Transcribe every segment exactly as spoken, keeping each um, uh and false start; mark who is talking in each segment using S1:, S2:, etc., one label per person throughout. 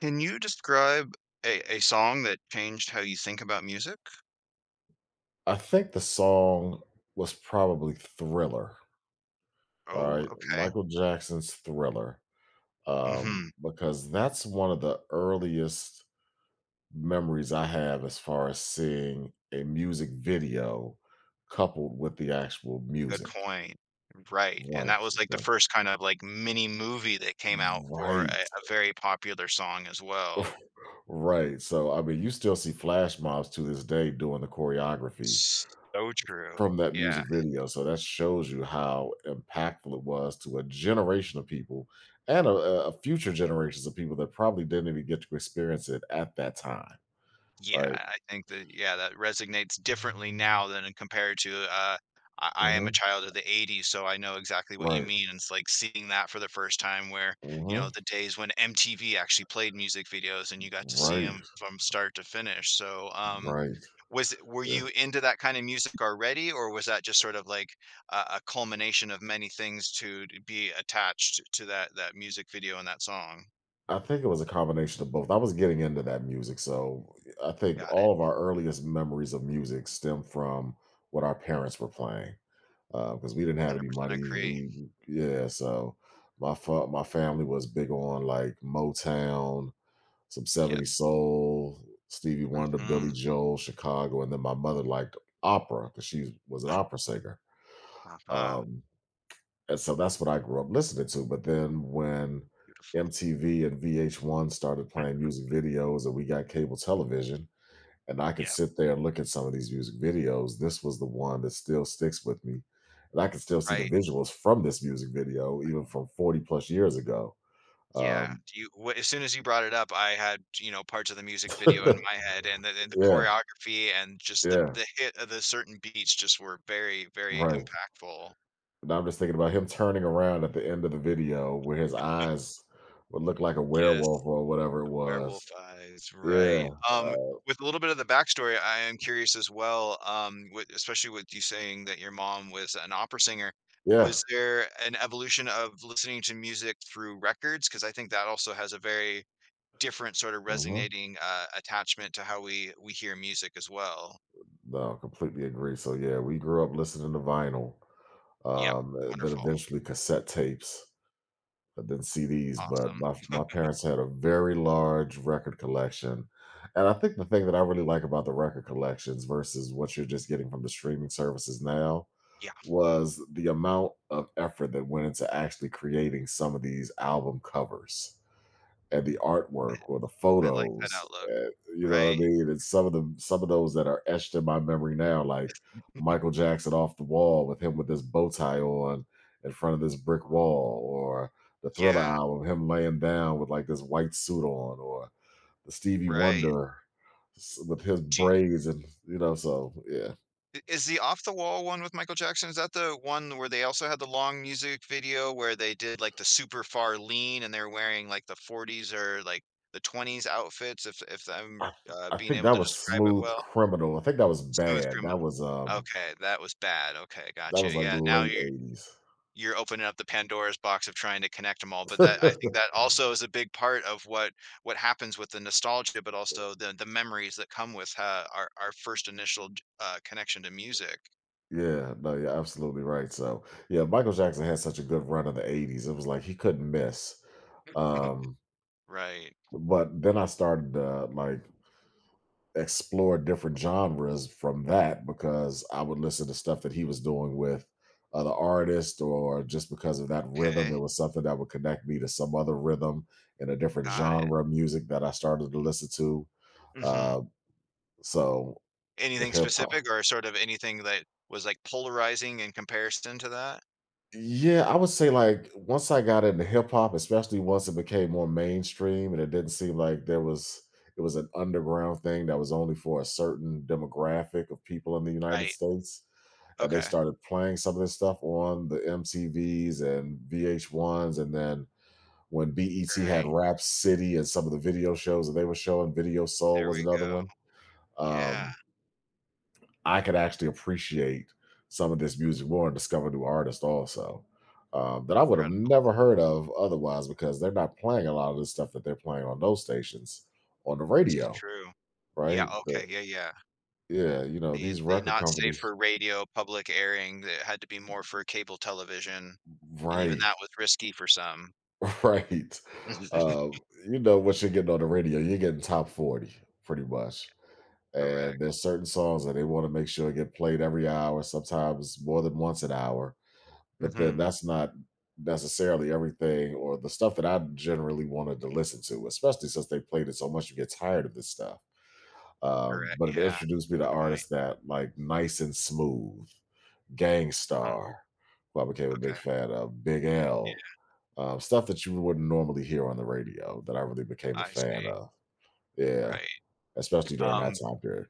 S1: Can you describe a a song that changed how you think about music?
S2: I think the song was probably Thriller,
S1: Oh,
S2: alright?
S1: okay.
S2: Michael Jackson's Thriller,
S1: Mhm.
S2: um, because that's one of the earliest memories I have as far as seeing a music video coupled with the actual
S1: Good
S2: music.
S1: point. Right, and
S2: Right,
S1: that was, like, the
S2: so
S1: first kind of, like, mini movie that came out for
S2: right,
S1: a a very popular song as well.
S2: right, so, I mean, you still see flash mobs to this day doing the choreography
S1: So true.
S2: from that music
S1: Yeah.
S2: video, so that shows you how impactful it was to a generation of people and a, a a future generations of people that probably didn't even get to experience it at that time,
S1: Yeah,
S2: right?
S1: I think that yeah, that resonates differently now than in compared to, uh, I I am a
S2: Mhm,
S1: child of the eighties, so I know exactly what you
S2: right,
S1: mean, and it's like seeing that for the first time where, you know,
S2: mhm,
S1: the days when M T V actually played music videos and you got to see
S2: right,
S1: them from start to finish, so, um,
S2: right,
S1: was it were
S2: yeah.
S1: you into that kind of music already, or was that just sort of like a a culmination of many things to to be attached to that that music video and that song?
S2: I think it was a combination of both. I was getting into that music, so I think
S1: Got it,
S2: all of our earliest memories of music stem from what our parents were playing, because we didn't have any
S1: one hundred percent
S2: money.
S1: agree.
S2: We yeah, so my fa- my family was big on like Motown, some
S1: Yep.
S2: seventies soul, Stevie Wonder, Billy
S1: Mhm.
S2: Joel, Chicago, and then my mother liked opera because she was an opera singer.
S1: Aha.
S2: Um, and so that's what I grew up listening to. But then when
S1: Beautiful.
S2: M T V and V H one started playing music videos and we got cable television, and I could
S1: Yeah,
S2: sit there and look at some of these music videos, this was the one that still sticks with me. And I can still see the
S1: right.
S2: visuals from this music video, even from forty plus years ago.
S1: Yeah.
S2: Um,
S1: Do you wh as soon as you brought it up, I had, you know, parts of the music video in my head, and the and the
S2: yeah,
S1: choreography and just the
S2: yeah,
S1: the hit of the certain beats just were very, very
S2: right.
S1: impactful.
S2: And I'm just thinking about him turning around at the end of the video where his eyes would look like a
S1: Yes,
S2: werewolf or whatever it
S1: the werewolf
S2: was.
S1: eyes, right.
S2: Yeah, uh,
S1: Um, with a little bit of the backstory, I am curious as well, um, with especially with you saying that your mom was an opera singer,
S2: yeah.
S1: was there an evolution of listening to music through records? Because I think that also has a very different sort of
S2: hmm
S1: resonating, uh, attachment to how we we hear music as well.
S2: No, completely agree. So, yeah, we grew up listening to vinyl,
S1: Yep,
S2: um, then
S1: wonderful,
S2: eventually cassette tapes, Than then C Ds. But
S1: awesome.
S2: my my parents had a very large record collection, and I think the thing that I really like about the record collections versus what you're just getting from the streaming services now
S1: Yeah,
S2: was the amount of effort that went into actually creating some of these album covers and the artwork or the
S1: I like that
S2: photos,
S1: outlook,
S2: and you know what I
S1: right.
S2: mean? And some of them some of those that are etched in my memory now, like Michael Jackson Off the Wall with him with this bow tie on in front of this brick wall, or the Thriller
S1: Yeah,
S2: album, him laying down with like this white suit on, or the Stevie
S1: right.
S2: Wonder s- with his
S1: Do you
S2: braids and you know, so yeah.
S1: is the Off the Wall one with Michael Jackson, is that the one where they also had the long music video where they did, like, the super far lean and they're wearing, like, the forties or, like, the twenties outfits if if I'm,
S2: I th-
S1: uh,
S2: I
S1: being
S2: think
S1: able to
S2: that was
S1: describe it
S2: Smooth
S1: well?
S2: Criminal. I think that was
S1: Smooth
S2: Bad. That
S1: Criminal.
S2: was um
S1: Okay, that was bad, okay,
S2: that
S1: gotcha,
S2: was like
S1: yeah, now
S2: late
S1: you you're opening up the Pandora's box of trying to connect them all. But that I
S2: eighties.
S1: think that also is a big part of what what happens with the nostalgia, but also the the memories that come with uh, our our first initial j- uh, connection to music.
S2: Yeah, no, you're absolutely right. So, yeah, Michael Jackson had such a good run in the eighties. It was like he couldn't miss. Um,
S1: Right.
S2: but then I started to like explore different genres from that because I would listen to stuff that he was doing with other artists, or just because of that rhythm,
S1: Okay.
S2: it was something that would connect me to some other rhythm in a different
S1: Got it.
S2: genre of music that I started to listen to.
S1: Hmm.
S2: Uh, so the
S1: Anything
S2: hip hop.
S1: specific or sort of anything that was like polarizing in comparison to that?
S2: Yeah, I would say like once I got into hip hop, especially once it became more mainstream and it didn't seem like there was it was an underground thing that was only for a certain demographic of people in the United
S1: Right.
S2: States. And they
S1: Okay.
S2: started playing some of this stuff on the M T Vs and V H ones. And then when B E T had
S1: Right.
S2: Rap City and some of the video shows that they were showing, Video Soul
S1: There
S2: was
S1: we
S2: another
S1: go.
S2: one.
S1: Yeah.
S2: Um, I could actually appreciate some of this music more and discover new artists also, um, that I would have
S1: Incredible.
S2: never heard of otherwise because they're not playing a lot of the stuff that they're playing on those stations on the
S1: This is
S2: radio,
S1: true. Yeah.
S2: right? The,
S1: Okay. Yeah. Yeah.
S2: yeah, you know
S1: They
S2: these
S1: they
S2: record
S1: not safe
S2: companies,
S1: for radio public airing, it had to be more for cable television, and even
S2: right,
S1: that was risky for some.
S2: right. Um, you know what you're getting on the radio, you're getting top forty pretty much. And
S1: Correct.
S2: there's certain songs that they want to make sure get played every hour, sometimes more than once an hour, but then
S1: Mhm.
S2: that's not necessarily everything or the stuff that I generally wanted to listen to, especially since they played it so much, you get tired of this stuff. Um, but
S1: Correct,
S2: it
S1: yeah.
S2: introduced me to
S1: Good point.
S2: artists that like Nice and Smooth,
S1: Huh,
S2: Gangstar, who I became a big
S1: okay.
S2: fan of, Big L, um, stuff that you wouldn't normally hear on the radio that I really became
S1: Yeah,
S2: a
S1: I
S2: fan
S1: see.
S2: of. Yeah,
S1: Right.
S2: especially during that
S1: Um,
S2: time period.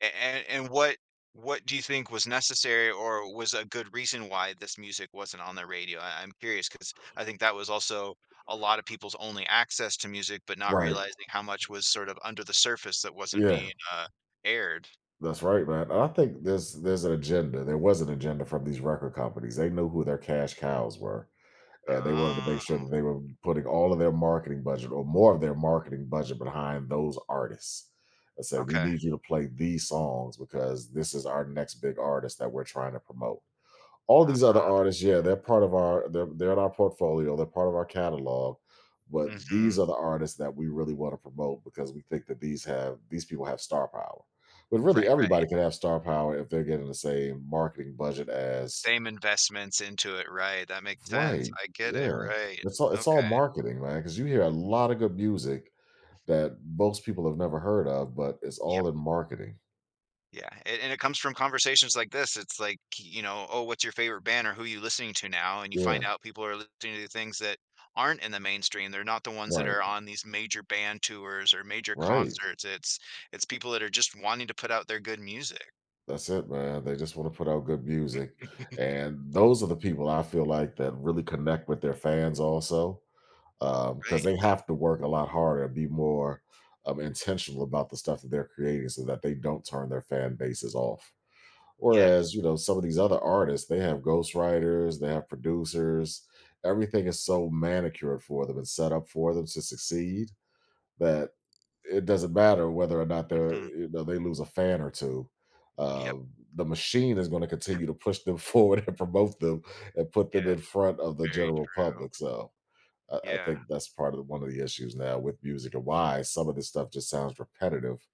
S1: and and what what do you think was necessary or was a good reason why this music wasn't on the radio? I I'm curious because I think that was also a lot of people's only access to music, but not
S2: Right.
S1: realizing how much was sort of under the surface that wasn't being,
S2: Yeah.
S1: uh, aired.
S2: That's right, man. I think there's there's an agenda. There was an agenda from these record companies. They knew who their cash cows were, and they wanted to make sure
S1: Oh,
S2: that they were putting all of their marketing budget or more of their marketing budget behind those artists. And say, we
S1: okay.
S2: need you to play these songs because this is our next big artist that we're trying to promote. All
S1: Uh,
S2: these other artists, yeah, they're part of our they're they're in our portfolio, they're part of our catalog, but
S1: mhm.
S2: these are the artists that we really want to promote because we think that these have these people have star power. But really
S1: Right, right.
S2: everybody can have star power if they're getting the same marketing budget as
S1: Same investments into it, right, that makes sense,
S2: right.
S1: I get it,
S2: Yeah.
S1: right.
S2: It's all it's all
S1: Okay.
S2: marketing, man, because you hear a lot of good music that most people have never heard of, but it's
S1: Yep.
S2: all in marketing.
S1: Yeah, and and it comes from conversations like this, it's like, you know, "Oh, what's your favorite band or who you listening to now?" And you find
S2: Yeah.
S1: out people are listening to things that aren't in the mainstream, they're not the ones that
S2: Right.
S1: are on these major band tours or major
S2: Right.
S1: concerts, it's it's people that are just wanting to put out their good music,
S2: That's it, man. They just want to put out good music. And those are the people I feel like that really connect with their fans also, because
S1: right.
S2: they have to work a lot harder and be more um, intentional about the stuff that they're creating so that they don't turn their fan bases off. Whereas,
S1: Yes.
S2: you know, some of these other artists, they have ghostwriters, they have producers, everything is so manicured for them and set up for them to succeed that it doesn't matter whether or not they're,
S1: Mhm.
S2: you know, they lose a fan or two.
S1: Yep,
S2: Uh, the machine is going to continue to push them forward and promote them and put them
S1: yeah,
S2: in front of the
S1: very
S2: general
S1: true.
S2: public. So I, I
S1: Yeah.
S2: think that's part of the, one of the issues now with music and why some of this stuff just sounds repetitive,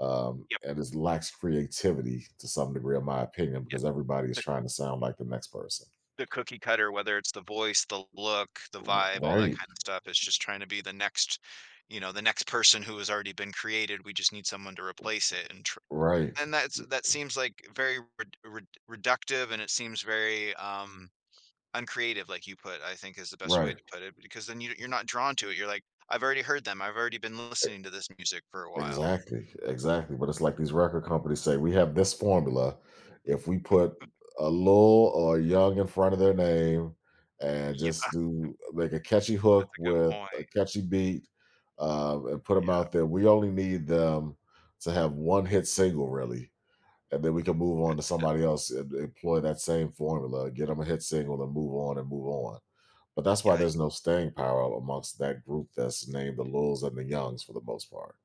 S2: um,
S1: Yep,
S2: and it lacks creativity to some degree, in my opinion,
S1: yep.
S2: because everybody is trying to sound like the next person.
S1: The cookie cutter, whether it's the voice, the look, the vibe, all that
S2: Right,
S1: kind of stuff. It's just trying to be the next, you know, the next person who has already been created. We just need someone to replace it, and tr-
S2: right,
S1: and that's that seems like very red, red, reductive, and it seems very um uncreative, like you put. I think is the best way
S2: right.
S1: to put it, because then you you're not drawn to it. You're like, I've already heard them. I've already been listening to this music for a while.
S2: Exactly, exactly. But it's like these record companies say, we have this formula. If we put a Lil or a Young in front of their name and
S1: Yeah,
S2: just do make a catchy
S1: that's
S2: hook
S1: a good
S2: with
S1: point.
S2: a catchy beat, um, and put them out there, we only need them to have one hit single, really. And then we can move on to somebody else and employ that same formula, get them a hit single and move on and move on. But that's
S1: Yeah,
S2: why
S1: yeah.
S2: there's no staying power amongst that group that's named the Lils and the Youngs for the most part.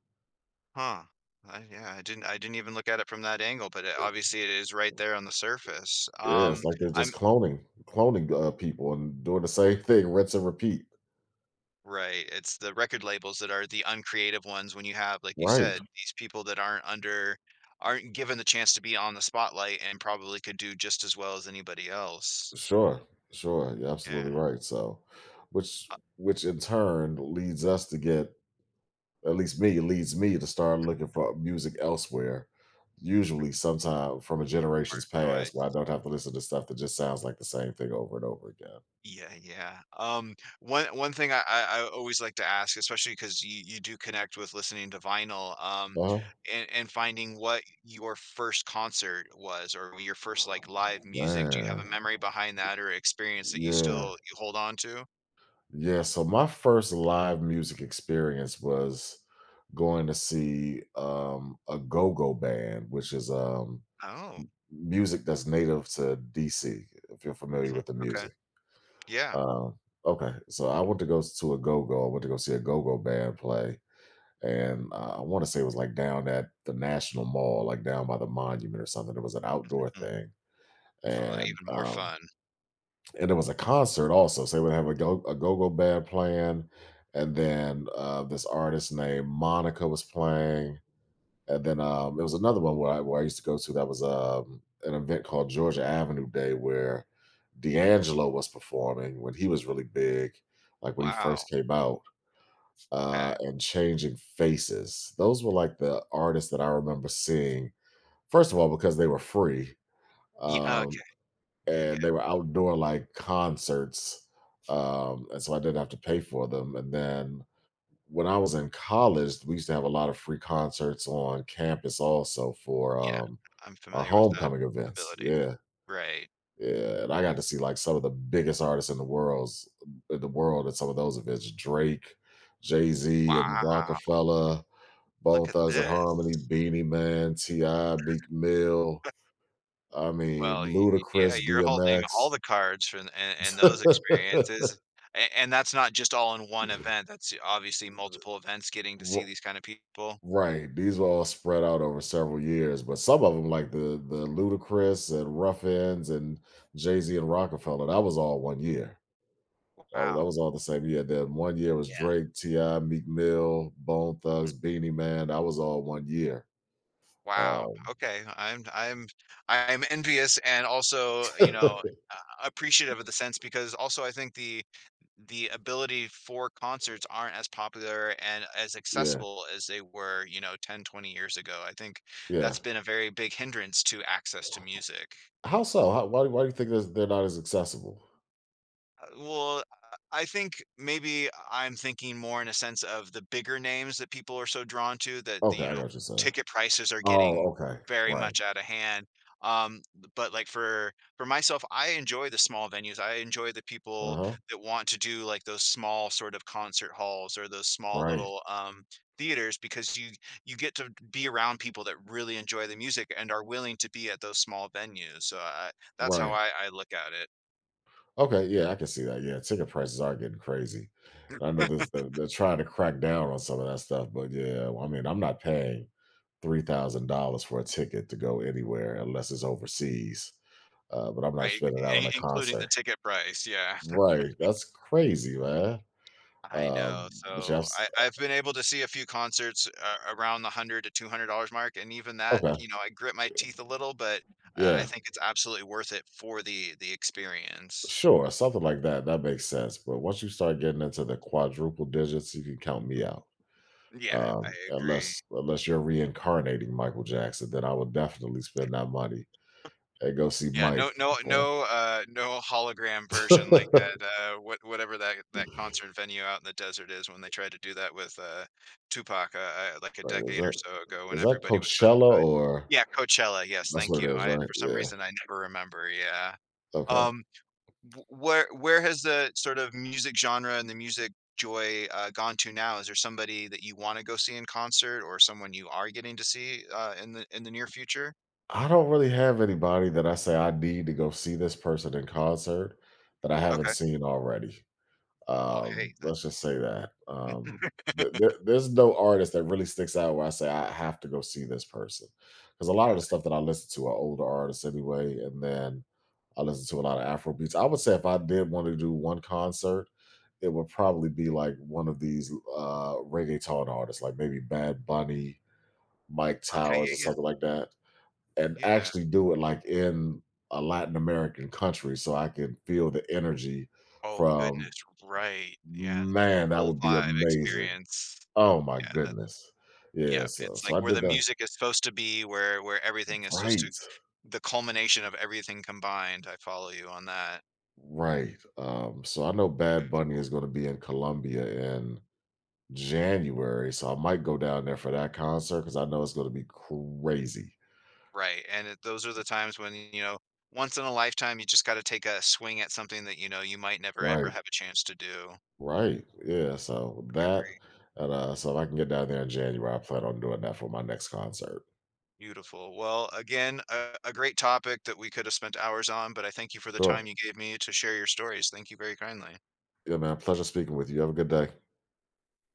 S1: Huh. I, yeah, I didn't I didn't even look at it from that angle, but it, obviously it is right there on the surface.
S2: Yeah, it's
S1: Um,
S2: like they're
S1: I'm
S2: just cloning cloning, uh, people and doing the same thing, rinse and repeat.
S1: right. It's the record labels that are the uncreative ones when you have, like you
S2: Right.
S1: said, these people that aren't under aren't given the chance to be on the spotlight and probably could do just as well as anybody else.
S2: Sure. Sure. You're
S1: Yeah.
S2: absolutely right. So, which
S1: uh,
S2: which in turn leads us to get, at least me, leads me to start looking for music elsewhere. Usually, sometime from a generation's
S1: Smart
S2: past, where I
S1: choice.
S2: don't have to listen to stuff that just sounds like the same thing over and over again.
S1: Yeah, yeah. Um, one one thing I, I I always like to ask, especially because you you do connect with listening to vinyl, um,
S2: Oh
S1: and and finding what your first concert was or your first like live music. Do you have a
S2: man,
S1: memory behind that or experience that you
S2: yeah.
S1: still you hold on to?
S2: Yeah, so my first live music experience was going to see um a go-go band, which is um
S1: Oh,
S2: music that's native to D C, if you're familiar
S1: mhm,
S2: with the
S1: okay.
S2: music.
S1: Yeah.
S2: Um okay, so I went to go s- to a go-go, I went to go see a go-go band play, and uh, I want to say it was like down at the National Mall, like down by the monument or something. It was an outdoor
S1: Mhm.
S2: thing.
S1: Oh,
S2: And
S1: even more
S2: um
S1: fun.
S2: and it was a concert also. So they would have a go a go-go band playing, and then uh, this artist named Monica was playing, and then um, there was another one where I, where I used to go to that was, um, an event called Georgia Avenue Day where
S1: Mm.
S2: D'Angelo was performing when he was really big, like when he
S1: Wow.
S2: first came out,
S1: Okay.
S2: uh, and Changing Faces. Those were like the artists that I remember seeing. First of all, because they were free.
S1: Yeah.
S2: Um,
S1: Okay. Yeah. Yeah.
S2: and they were outdoor like concerts. Um, and so I didn't have to pay for them. And then when I was in college, we used to have a lot of free concerts on campus also for,
S1: Yeah.
S2: um,
S1: I'm
S2: our
S1: familiar with that
S2: homecoming events.
S1: ability.
S2: Yeah,
S1: Right.
S2: yeah. And I got to see like some of the biggest artists in the world's in the world at some of those events: Drake, Jay Z, and
S1: Wow.
S2: Rockefeller,
S1: Look
S2: Bone
S1: at
S2: Thugs and Harmony,
S1: this.
S2: Beanie Man, Ti, Meek Mill. I mean,
S1: Well, y y yeah,
S2: Ludacris,
S1: you're holding all
S2: D M X.
S1: the cards from and and those experiences, a and that's not just all in one event, that's obviously multiple events getting to see
S2: R-
S1: these kind of people.
S2: Right. These were all spread out over several years, but some of them, like the the Ludacris and Ruffins and Jay Z and Rockefeller, that was all one year. That was, that
S1: Wow.
S2: was all the same year. Then one year was
S1: Yeah.
S2: Drake, Ti, Meek Mill, Bone
S1: Mm,
S2: Thugs, Beanie Man. That was all one year.
S1: wow.
S2: Um,
S1: Okay, I'm I'm I'm envious and also, you know, uh, appreciative of the sense because also I think the the ability for concerts aren't as popular and as
S2: yeah,
S1: accessible as they were, you know, ten, twenty years ago. I think
S2: yeah.
S1: that's been a very big hindrance to access to music.
S2: How so? How, why, why do you think this, they're not as accessible?
S1: Uh, well, uh, I think maybe I'm thinking more in a sense of the bigger names that people are so drawn to that the,
S2: Okay,
S1: you know,
S2: I got what you're saying.
S1: ticket prices are getting
S2: Oh, okay,
S1: very
S2: right.
S1: much out of hand. Um, but like for for myself, I enjoy the small venues. I enjoy the
S2: Uh
S1: people
S2: huh.
S1: that want to do like those small sort of concert halls or those small
S2: Right,
S1: little um theaters because you you get to be around people that really enjoy the music and are willing to be at those small venues. So I, that's how
S2: right.
S1: I, I look at it.
S2: Okay, yeah, I can see that. Yeah, ticket prices are getting crazy. I know this they're, they're trying to crack down on some of that stuff, but yeah, I mean, I'm not paying three thousand dollars for a ticket to go anywhere unless it's overseas. Uh, but I'm not
S1: Right,
S2: spending out on
S1: in
S2: a
S1: including the
S2: concert.
S1: ticket price, yeah.
S2: Right? That's crazy, man.
S1: I know,
S2: Um, but yeah, I've
S1: so I
S2: s-
S1: I've been able to see a few concerts a around the one hundred to two hundred dollars mark, and even that, you
S2: okay,
S1: know, I grit my teeth a little, but I I
S2: yeah,
S1: think it's absolutely worth it for the the experience.
S2: sure, something like that. That makes sense. But once you start getting into the quadruple digits, you can count me out.
S1: Yeah, I
S2: Um,
S1: agree.
S2: unless unless you're reincarnating Michael Jackson, then I would definitely spend that money and go see
S1: Yeah,
S2: Mike
S1: no no
S2: perform.
S1: no, uh, no hologram version like
S2: Wait,
S1: at, uh, what whatever that that concert venue out in the desert is when they tried to do that with, uh, Tupac, uh, uh, like a
S2: is
S1: decade or
S2: that
S1: so ago when
S2: is that
S1: everybody was so
S2: Coachella
S1: excited.
S2: or
S1: Yeah, Coachella, yes,
S2: that's
S1: thank
S2: what it
S1: you.
S2: is,
S1: I
S2: right?
S1: for some
S2: Yeah.
S1: reason, I never remember, yeah.
S2: Okay.
S1: Um, w where where has the sort of music genre and the music joy, uh, gone to now? Is there somebody that you wanna go see in concert or someone you are getting to see, uh, in the in the near future?
S2: I don't really have anybody that I say I need to go see this person in concert that I haven't
S1: Okay.
S2: seen already.
S1: Well,
S2: Um,
S1: hey, uh
S2: let's just say that. Um, th- there- there's no artist that really sticks out where I say I have to go see this person because a lot of the stuff that I listen to are older artists anyway, and then I listen to a lot of Afro beats. I would say if I did want to do one concert, it would probably be like one of these uh reggaeton artists, like maybe Bad Bunny, Mike
S1: Okay,
S2: Towers, or
S1: yeah, yeah.
S2: something like that, and
S1: Yeah.
S2: actually do it like in a Latin American country so I can feel the energy
S1: Oh,
S2: from,
S1: goodness, right. Yeah, they get the
S2: man, that
S1: whole
S2: would be
S1: vibe
S2: amazing.
S1: experience.
S2: Oh my
S1: Yeah, that
S2: goodness. Yeah,
S1: yeah,
S2: so
S1: it's
S2: so
S1: like
S2: I
S1: where the
S2: did that
S1: music is supposed to be, where where everything is supposed to
S2: right.
S1: the culmination of everything combined. I follow you on that.
S2: Right. Um, so I
S1: M
S2: know Bad Bunny is going to be in Colombia in January, so I might go down there for that concert because I know it's gonna be crazy.
S1: Right, and it those are the times when, you know, once in a lifetime, you just gotta take a swing at something that, you know, you might never ever
S2: Right,
S1: have a chance to do.
S2: right, yeah, so that
S1: Agree.
S2: and, uh, so if I can get down there in January, I plan on doing that for my next concert.
S1: Beautiful. Well, again, a a great topic that we could have spent hours on, but I thank you for the time
S2: Sure.
S1: you gave me to share your stories. Thank you very kindly.
S2: Yeah, man, pleasure speaking with you. Have a good day.